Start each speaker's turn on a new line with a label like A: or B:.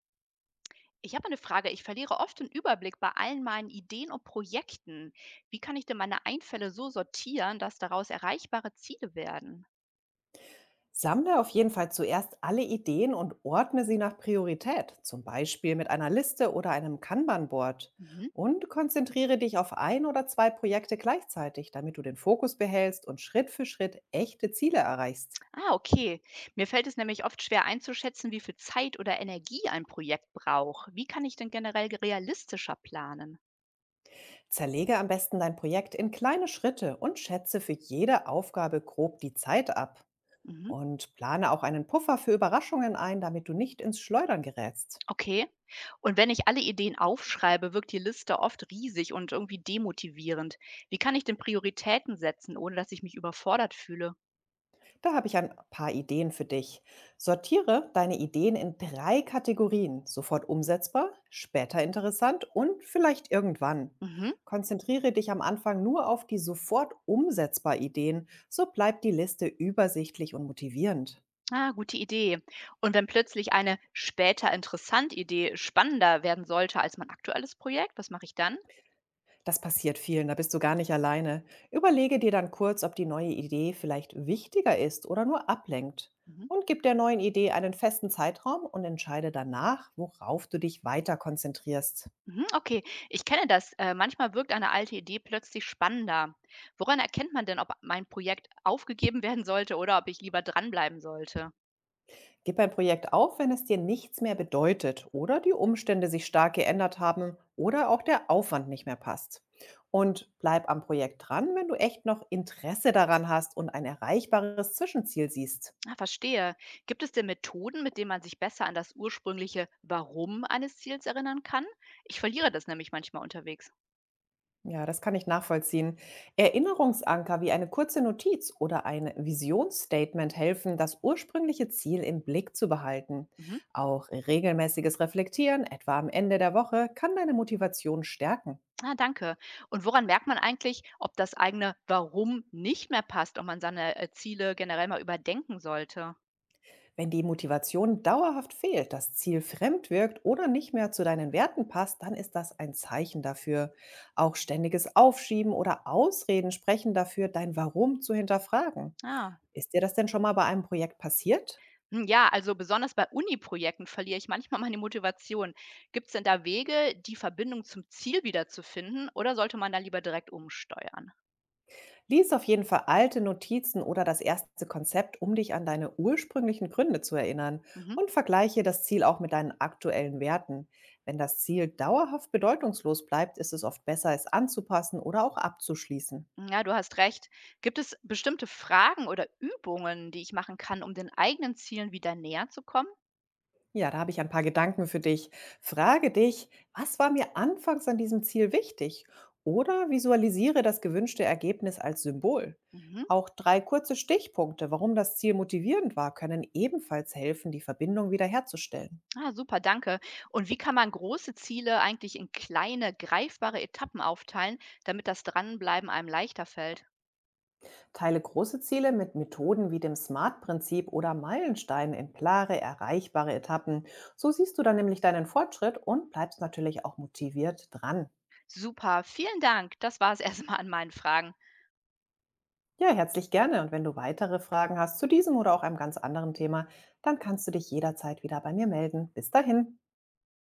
A: Ich habe eine Frage. Ich verliere oft den Überblick bei allen meinen Ideen und Projekten. Wie kann ich denn meine Einfälle so sortieren, dass daraus erreichbare Ziele werden?
B: Sammle auf jeden Fall zuerst alle Ideen und ordne sie nach Priorität, zum Beispiel mit einer Liste oder einem Kanban-Board.
A: Mhm.
B: Und konzentriere dich auf ein oder zwei Projekte gleichzeitig, damit du den Fokus behältst und Schritt für Schritt echte Ziele erreichst.
A: Ah, okay. Mir fällt es nämlich oft schwer einzuschätzen, wie viel Zeit oder Energie ein Projekt braucht. Wie kann ich denn generell realistischer planen?
B: Zerlege am besten dein Projekt in kleine Schritte und schätze für jede Aufgabe grob die Zeit ab.
A: Mhm.
B: Und plane auch einen Puffer für Überraschungen ein, damit du nicht ins Schleudern gerätst.
A: Okay. Und wenn ich alle Ideen aufschreibe, wirkt die Liste oft riesig und irgendwie demotivierend. Wie kann ich denn Prioritäten setzen, ohne dass ich mich überfordert fühle?
B: Da habe ich ein paar Ideen für dich. Sortiere deine Ideen in drei Kategorien. Sofort umsetzbar, später interessant und vielleicht irgendwann.
A: Mhm.
B: Konzentriere dich am Anfang nur auf die sofort umsetzbar Ideen. So bleibt die Liste übersichtlich und motivierend.
A: Ah, gute Idee. Und wenn plötzlich eine später interessant Idee spannender werden sollte als mein aktuelles Projekt, was mache ich dann?
B: Das passiert vielen, da bist du gar nicht alleine. Überlege dir dann kurz, ob die neue Idee vielleicht wichtiger ist oder nur ablenkt.
A: Mhm.
B: Und gib der neuen Idee einen festen Zeitraum und entscheide danach, worauf du dich weiter konzentrierst.
A: Mhm, okay, ich kenne das. Manchmal wirkt eine alte Idee plötzlich spannender. Woran erkennt man denn, ob mein Projekt aufgegeben werden sollte oder ob ich lieber dranbleiben sollte?
B: Gib ein Projekt auf, wenn es dir nichts mehr bedeutet oder die Umstände sich stark geändert haben oder auch der Aufwand nicht mehr passt. Und bleib am Projekt dran, wenn du echt noch Interesse daran hast und ein erreichbares Zwischenziel siehst.
A: Ah, verstehe. Gibt es denn Methoden, mit denen man sich besser an das ursprüngliche Warum eines Ziels erinnern kann? Ich verliere das nämlich manchmal unterwegs.
B: Ja, das kann ich nachvollziehen. Erinnerungsanker wie eine kurze Notiz oder ein Visionsstatement helfen, das ursprüngliche Ziel im Blick zu behalten.
A: Mhm.
B: Auch regelmäßiges Reflektieren, etwa am Ende der Woche, kann deine Motivation stärken.
A: Ah, danke. Und woran merkt man eigentlich, ob das eigene Warum nicht mehr passt, ob man seine Ziele generell mal überdenken sollte?
B: Wenn die Motivation dauerhaft fehlt, das Ziel fremd wirkt oder nicht mehr zu deinen Werten passt, dann ist das ein Zeichen dafür. Auch ständiges Aufschieben oder Ausreden sprechen dafür, dein Warum zu hinterfragen.
A: Ah.
B: Ist dir das denn schon mal bei einem Projekt passiert?
A: Hm, ja, also besonders bei Uni-Projekten verliere ich manchmal meine Motivation. Gibt es denn da Wege, die Verbindung zum Ziel wiederzufinden, oder sollte man da lieber direkt umsteuern?
B: Lies auf jeden Fall alte Notizen oder das erste Konzept, um dich an deine ursprünglichen Gründe zu erinnern
A: Mhm.
B: und vergleiche das Ziel auch mit deinen aktuellen Werten. Wenn das Ziel dauerhaft bedeutungslos bleibt, ist es oft besser, es anzupassen oder auch abzuschließen.
A: Ja, du hast recht. Gibt es bestimmte Fragen oder Übungen, die ich machen kann, um den eigenen Zielen wieder näher zu kommen?
B: Ja, da habe ich ein paar Gedanken für dich. Frage dich, was war mir anfangs an diesem Ziel wichtig? Oder visualisiere das gewünschte Ergebnis als Symbol.
A: Mhm.
B: Auch drei kurze Stichpunkte, warum das Ziel motivierend war, können ebenfalls helfen, die Verbindung wiederherzustellen.
A: Ah, super, danke. Und wie kann man große Ziele eigentlich in kleine, greifbare Etappen aufteilen, damit das Dranbleiben einem leichter fällt?
B: Teile große Ziele mit Methoden wie dem SMART-Prinzip oder Meilensteinen in klare, erreichbare Etappen. So siehst du dann nämlich deinen Fortschritt und bleibst natürlich auch motiviert dran.
A: Super, vielen Dank. Das war es erstmal an meinen Fragen.
B: Ja, herzlich gerne. Und wenn du weitere Fragen hast zu diesem oder auch einem ganz anderen Thema, dann kannst du dich jederzeit wieder bei mir melden. Bis dahin.